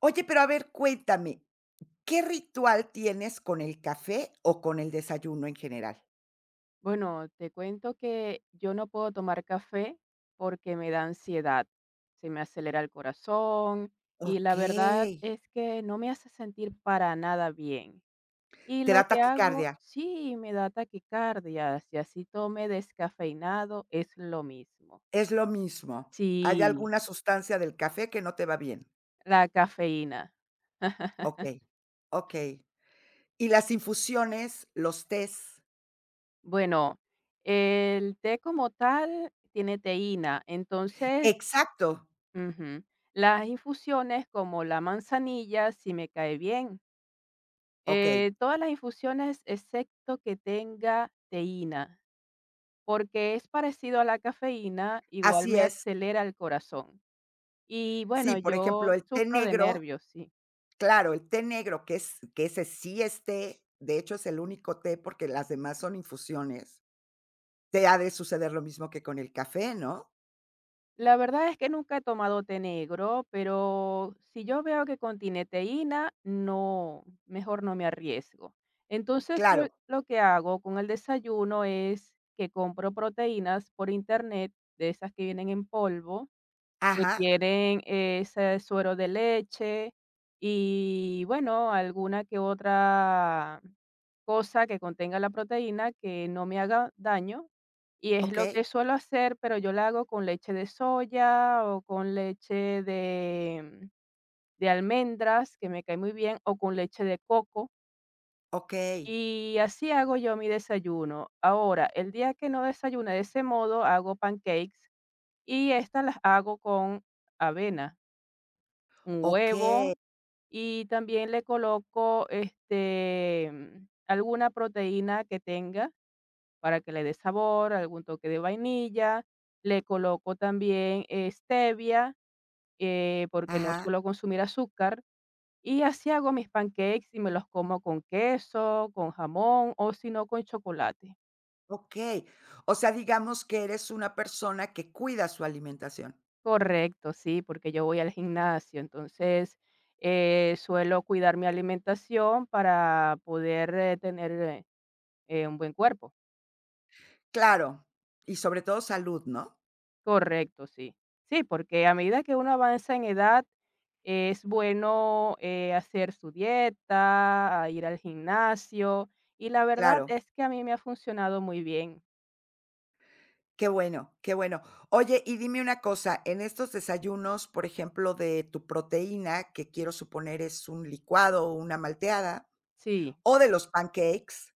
Oye, pero a ver, cuéntame, ¿qué ritual tienes con el café o con el desayuno en general? Bueno, te cuento que yo no puedo tomar café porque me da ansiedad, se me acelera el corazón y la verdad Okey. es que no me hace sentir para nada bien. Y ¿Te lo da que hago, taquicardia? sí, me da taquicardia, si así tome descafeinado es lo mismo. Es lo mismo. Hay Sí, alguna sustancia del café que no te va bien. la cafeína. Okey, okey. ¿Y las infusiones, los tés? Bueno, el té como tal tiene teína, entonces. Exacto. Ujú. Las infusiones como la manzanilla, sí me cae bien. Okey. Todas las infusiones excepto que tenga teína, porque es parecido a la cafeína, igual Así me es. acelera el corazón. Y bueno, Sí, por yo ejemplo, el té sufro de negro, nervios, sí. claro, el té negro, que es que ese sí es té, de hecho, es el único té, porque las demás son infusiones. Te ha de suceder lo mismo que con el café, ¿no? La verdad es que nunca he tomado té negro, pero si yo veo que contiene teína, no, mejor no me arriesgo. Entonces, Claro. yo lo que hago con el desayuno es que compro proteínas por internet, de esas que vienen en polvo, que Ajá, tienen ese suero de leche y, bueno, alguna que otra cosa que contenga la proteína que no me haga daño. Y es lo okey, que suelo hacer, pero yo la hago con leche de soya o con leche de almendras, que me cae muy bien, o con leche de coco. okey, Y así hago yo mi desayuno. Ahora, el día que no desayuno de ese modo, hago pancakes y estas las hago con avena, un huevo, okey, y también le coloco, este, alguna proteína que tenga para que le dé sabor, algún toque de vainilla. Le coloco también, stevia, porque no ajá, suelo consumir azúcar, y así hago mis pancakes y me los como con queso, con jamón o si no con chocolate. okey. O sea, digamos que eres una persona que cuida su alimentación. Correcto, sí, porque yo voy al gimnasio, entonces, suelo cuidar mi alimentación para poder, un buen cuerpo. Claro, y sobre todo salud, ¿no? Correcto, sí. Sí, porque a medida que uno avanza en edad, es bueno, hacer su dieta, a ir al gimnasio, y la verdad Claro, es que a mí me ha funcionado muy bien. qué bueno, qué bueno. Oye, y dime una cosa, en estos desayunos, por ejemplo, de tu proteína, que quiero suponer es un licuado o una malteada, Sí. o de los pancakes.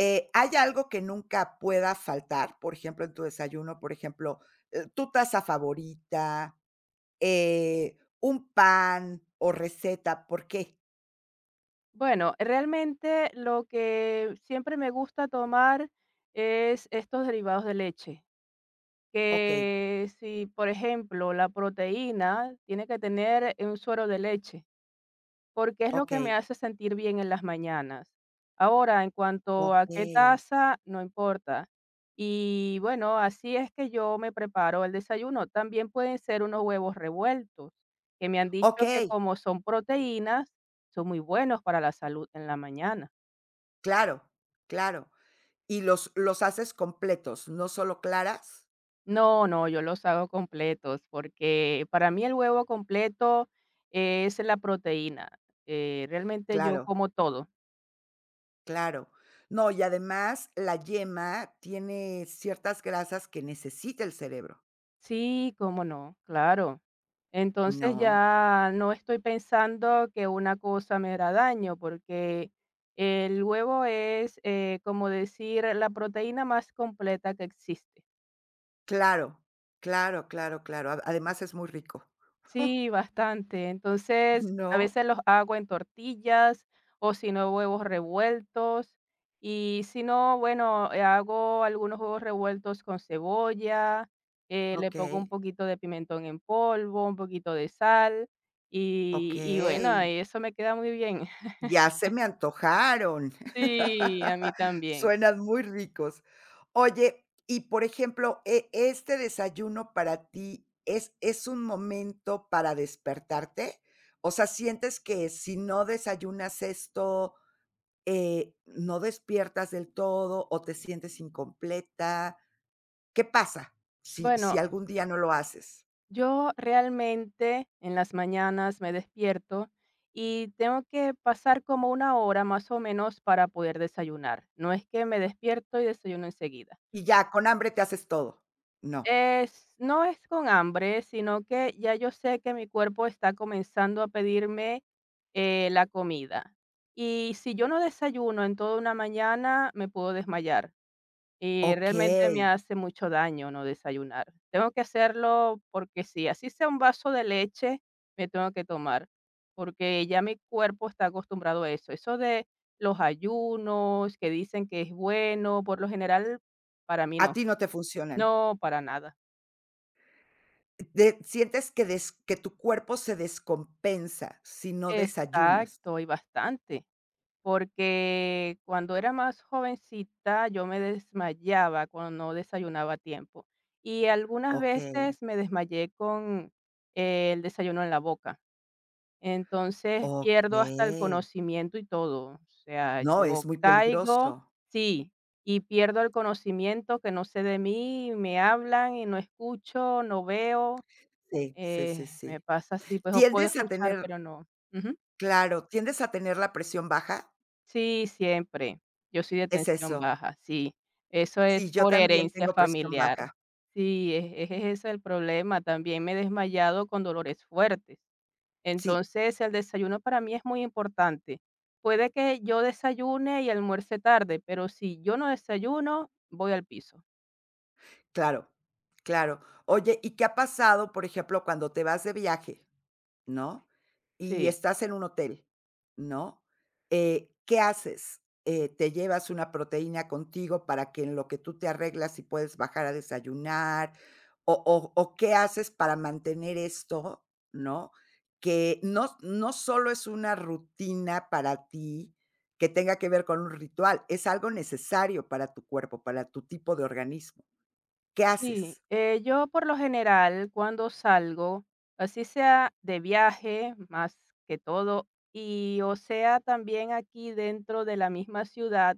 ¿Hay algo que nunca pueda faltar? Por ejemplo, en tu desayuno, por ejemplo, tu taza favorita, un pan o receta, ¿por qué? Bueno, realmente lo que siempre me gusta tomar es estos derivados de leche, Okey, que si, por ejemplo, la proteína tiene que tener un suero de leche, porque es lo que me okey, hace sentir bien en las mañanas. Ahora, en cuanto a qué okey, taza, no importa. Y bueno, así es que yo me preparo el desayuno. También pueden ser unos huevos revueltos, que me han dicho que okey, como son proteínas, son muy buenos para la salud en la mañana. claro, claro. Y los haces completos, no solo claras. No, no, yo los hago completos, porque para mí el huevo completo es la proteína. Realmente yo Claro, como todo. claro. No, y además la yema tiene ciertas grasas que necesita el cerebro. Sí, cómo no, claro. Entonces No. ya no estoy pensando que una cosa me hará daño, porque el huevo es, como decir, la proteína más completa que existe. Claro, claro, claro, claro. A además es muy rico. Sí, bastante. Entonces, a No, veces los hago en tortillas o si no, huevos revueltos. Y si no, bueno, hago algunos huevos revueltos con cebolla, le pongo un okey, poquito de pimentón en polvo, un poquito de sal y okey. bueno, eso me queda muy bien. Ya se me antojaron. Sí, a mí también. Suenan muy ricos. Oye, y por ejemplo, ¿este desayuno para ti es un momento para despertarte? O sea, ¿sientes que si no desayunas esto, no despiertas del todo o te sientes incompleta? ¿Qué pasa si Bueno, algún día no lo haces? yo realmente en las mañanas me despierto y tengo que pasar como una hora más o menos para poder desayunar. No es que me despierto y desayuno enseguida. Y ya, con hambre te haces todo. No. No es con hambre, sino que ya yo sé que mi cuerpo está comenzando a pedirme la comida. Y si yo no desayuno en toda una mañana, me puedo desmayar. Y realmente Okey. me hace mucho daño no desayunar. Tengo que hacerlo porque sí, así sea un vaso de leche, me tengo que tomar, porque ya mi cuerpo está acostumbrado a eso. Eso de los ayunos, que dicen que es bueno, por lo general, para mí A no, ti no te funcionan. no, para nada. De sientes que des que tu cuerpo se descompensa si no desayunas. Exacto, y bastante, porque cuando era más jovencita yo me desmayaba cuando no desayunaba a tiempo y algunas Okey, veces me desmayé con el desayuno en la boca. Entonces pierdo hasta el okey. conocimiento y todo, o sea, No, es yo muy caigo, peligroso. sí, y pierdo el conocimiento que no sé de mí, me hablan y no escucho, no veo, Sí, sí, sí, me sí. pasa así, pues o puedo ¿Tiendes a escuchar, tener pero no. Ujú. Claro, ¿tiendes a tener la presión baja? Sí, siempre. Yo soy de Es tensión eso. baja, sí. Eso es Sí, yo por también herencia tengo presión familiar. baja. Sí, es ese el problema. También me he desmayado con dolores fuertes. Sí, Entonces, el desayuno para mí es muy importante. Puede que yo desayune y almuerce tarde, pero si yo no desayuno, voy al piso. claro, claro. Oye, ¿y qué ha pasado, por ejemplo, cuando te vas de viaje? ¿No? Y Sí. estás en un hotel, ¿no? ¿Qué haces? Te llevas una proteína contigo para que en lo que tú te arreglas y puedes bajar a desayunar, o, ¿qué haces para mantener esto, no? Que no solo es una rutina para ti que tenga que ver con un ritual, es algo necesario para tu cuerpo, para tu tipo de organismo. ¿Qué Sí, haces? Yo por lo general cuando salgo, así sea de viaje más que todo, y o sea también aquí dentro de la misma ciudad,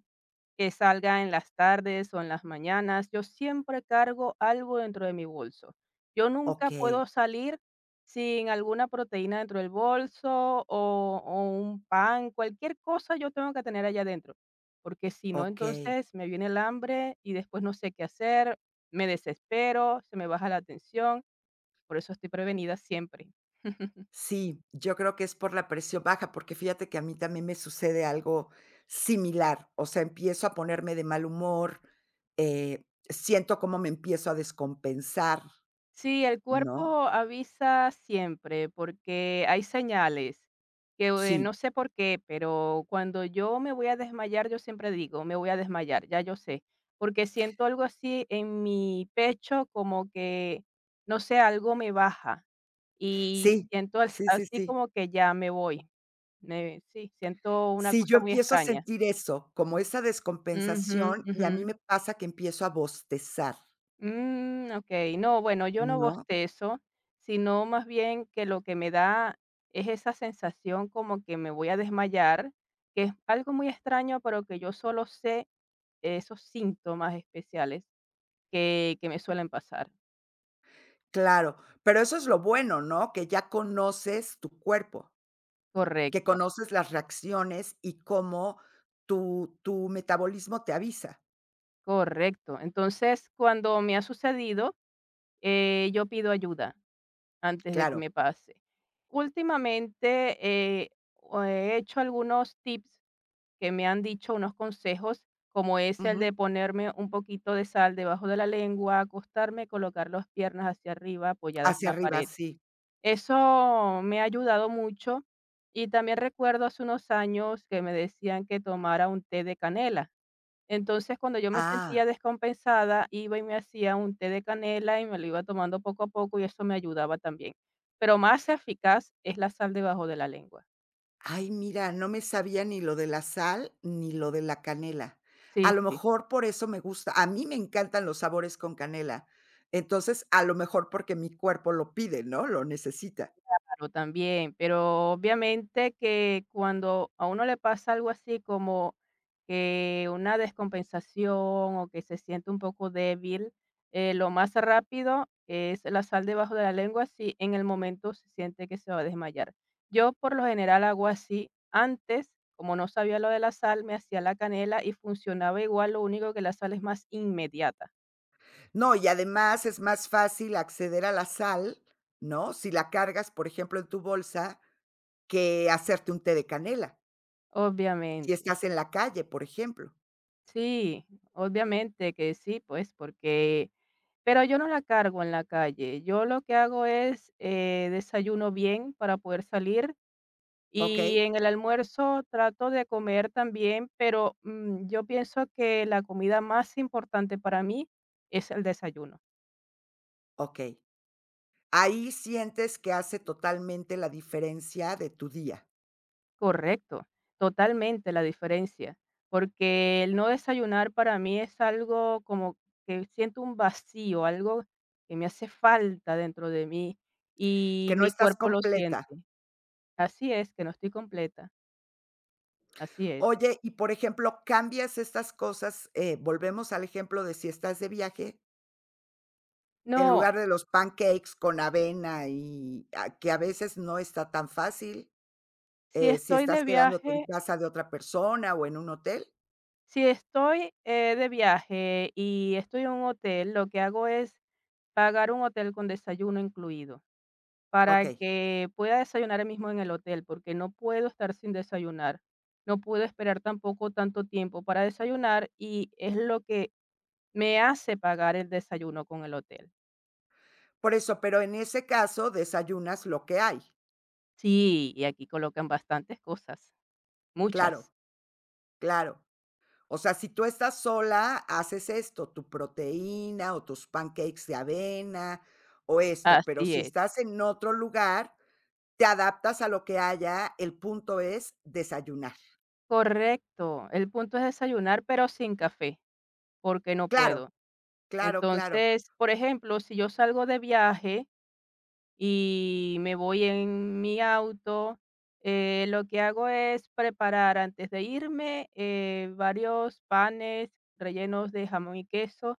que salga en las tardes o en las mañanas, yo siempre cargo algo dentro de mi bolso. Yo nunca Okey, puedo salir sin alguna proteína dentro del bolso o un pan, cualquier cosa yo tengo que tener allá adentro, porque si no, okey. entonces me viene el hambre y después no sé qué hacer, me desespero, se me baja la atención, por eso estoy prevenida siempre. Sí, yo creo que es por la presión baja, porque fíjate que a mí también me sucede algo similar, o sea, empiezo a ponerme de mal humor, siento cómo me empiezo a descompensar, Sí, el ¿no? cuerpo avisa siempre porque hay señales que no Sí, sé por qué, pero cuando yo me voy a desmayar, yo siempre digo, me voy a desmayar, ya yo sé, porque siento algo así en mi pecho como que, no sé, algo me baja y sí, siento sí, sí, así sí. como que ya me voy. Sí, siento una Sí, yo cosa muy empiezo a extraña. sentir eso, como esa Ujú, descompensación, y ujú. a mí me pasa que empiezo a bostezar, Okey. No, bueno, yo no ¿no? bostezo, sino más bien que lo que me da es esa sensación como que me voy a desmayar, que es algo muy extraño, pero que yo solo sé esos síntomas especiales que me suelen pasar. Claro, pero eso es lo bueno, ¿no? Que ya conoces tu cuerpo. Que Correcto, conoces las reacciones y cómo tu metabolismo te avisa. correcto. Entonces, cuando me ha sucedido, yo pido ayuda antes de que Claro. me pase. Últimamente, eh, o he hecho algunos tips que me han dicho unos consejos, como es el Ujú. de ponerme un poquito de sal debajo de la lengua, acostarme, colocar las piernas hacia arriba apoyadas en Hacia la arriba, pared. sí. Eso me ha ayudado mucho y también recuerdo hace unos años que me decían que tomara un té de canela. Entonces, cuando yo me Ah. sentía descompensada, iba y me hacía un té de canela y me lo iba tomando poco a poco y eso me ayudaba también. Pero más eficaz es la sal debajo de la lengua. Ay, mira, no me sabía ni lo de la sal, ni lo de la canela. A Sí, lo sí. mejor por eso me gusta. A mí me encantan los sabores con canela. Entonces, a lo mejor porque mi cuerpo lo pide, ¿no? Lo necesita. Claro, también, pero obviamente que cuando a uno le pasa algo así como que una descompensación o que se siente un poco débil, lo más rápido es la sal debajo de la lengua si en el momento se siente que se va a desmayar. Yo por lo general hago así. Antes, como no sabía lo de la sal, me hacía la canela y funcionaba igual, lo único que la sal es más inmediata. No, y además es más fácil acceder a la sal, ¿no? Si la cargas, por ejemplo, en tu bolsa, que hacerte un té de canela. Si Obviamente, estás en la calle, por ejemplo. sí, obviamente que sí, pues porque. Pero yo no la cargo en la calle. Yo lo que hago es, desayuno bien para poder salir ¿Ok? y en el almuerzo trato de comer también, pero, yo pienso que la comida más importante para mí es el desayuno. ¿Ok? Ahí sientes que hace totalmente la diferencia de tu día, Correcto, totalmente la diferencia, porque el no desayunar para mí es algo como que siento un vacío, algo que me hace falta dentro de mí y que no mi estás cuerpo lo completa. siente. Así es, que no estoy completa. Así es. Oye, y por ejemplo, cambias estas cosas, volvemos al ejemplo de si estás de viaje, en No, lugar de los pancakes con avena y a que a veces no está tan fácil, si si estoy estás de quedándote en viaje, casa de otra persona o en un hotel, si estoy, de viaje y estoy en un hotel, lo que hago es pagar un hotel con desayuno incluido, para ¿ok? que pueda desayunar ahí mismo en el hotel, porque no puedo estar sin desayunar. No puedo esperar tampoco tanto tiempo para desayunar, y es lo que me hace pagar el desayuno con el hotel. Por eso, pero en ese caso desayunas lo que hay. Sí, y aquí colocan bastantes cosas, Claro, muchas. claro. O sea, si tú estás sola, haces esto, tu proteína o tus pancakes de avena o esto, pero Así si es. estás en otro lugar, te adaptas a lo que haya, el punto es desayunar. Correcto, el punto es desayunar, pero sin café, porque no Claro, puedo. claro, claro. Entonces, por ejemplo, si yo salgo de viaje y me voy en mi auto, lo que hago es preparar antes de irme varios panes rellenos de jamón y queso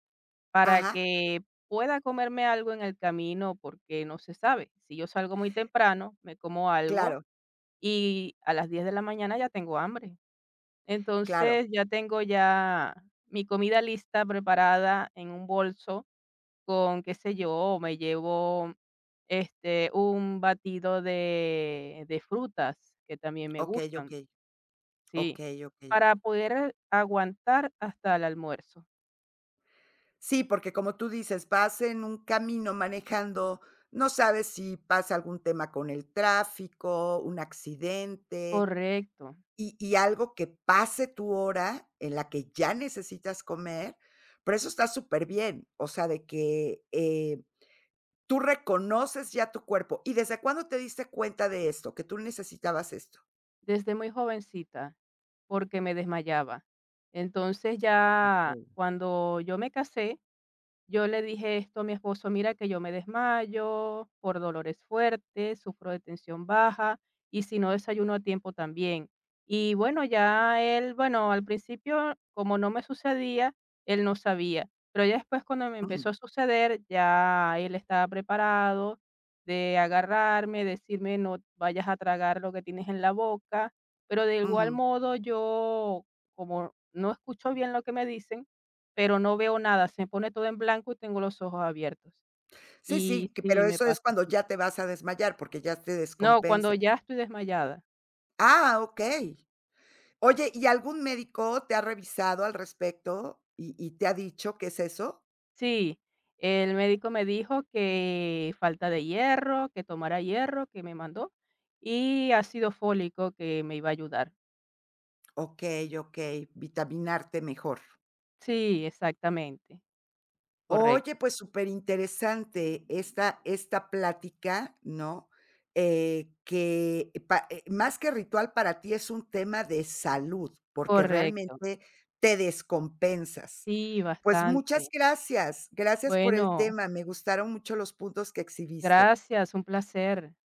para Ajá, que pueda comerme algo en el camino, porque no se sabe. Si yo salgo muy temprano, me como algo claro, y a las 10 de la mañana ya tengo hambre. claro. Entonces, ya tengo ya mi comida lista, preparada en un bolso con, qué sé yo, me llevo, este, un batido de frutas, que también me Okey, gustan, okey, sí, okey, okey. para poder aguantar hasta el almuerzo. Sí, porque como tú dices, vas en un camino manejando, no sabes si pasa algún tema con el tráfico, un accidente, Correcto, y algo que pase tu hora en la que ya necesitas comer, pero eso está súper bien, o sea, de que, tú reconoces ya tu cuerpo, ¿y desde cuándo te diste cuenta de esto, que tú necesitabas esto? desde muy jovencita, porque me desmayaba. Entonces, ya Okey. cuando yo me casé yo le dije esto a mi esposo, mira que yo me desmayo por dolores fuertes, sufro de tensión baja y si no desayuno a tiempo también. Y bueno, ya él, bueno, al principio como no me sucedía, él no sabía, pero ya después cuando me Ujú, empezó a suceder, ya él estaba preparado de agarrarme, decirme no vayas a tragar lo que tienes en la boca, pero de igual ujú. modo yo como no escucho bien lo que me dicen, pero no veo nada, se pone todo en blanco y tengo los ojos abiertos. Sí, Y sí, que sí, pero me eso pasa es cuando así. ya te vas a desmayar, porque ya te No, cuando descompensas. ya estoy desmayada. Ah, okey. Oye, ¿y algún médico te ha revisado al respecto y te ha dicho qué es eso? Sí, el médico me dijo que falta de hierro, que tomara hierro, que me mandó, y ácido fólico que me iba a ayudar. Okey, okey, vitaminarte mejor. Sí, exactamente, correcto, Oye, pues súper interesante esta plática, ¿no? Que pa más que ritual para ti es un tema de salud, porque correcto. realmente te descompensas. Sí, Pues muchas bastante. gracias, gracias por el Bueno, tema, me gustaron mucho los puntos que exhibiste. gracias, un placer.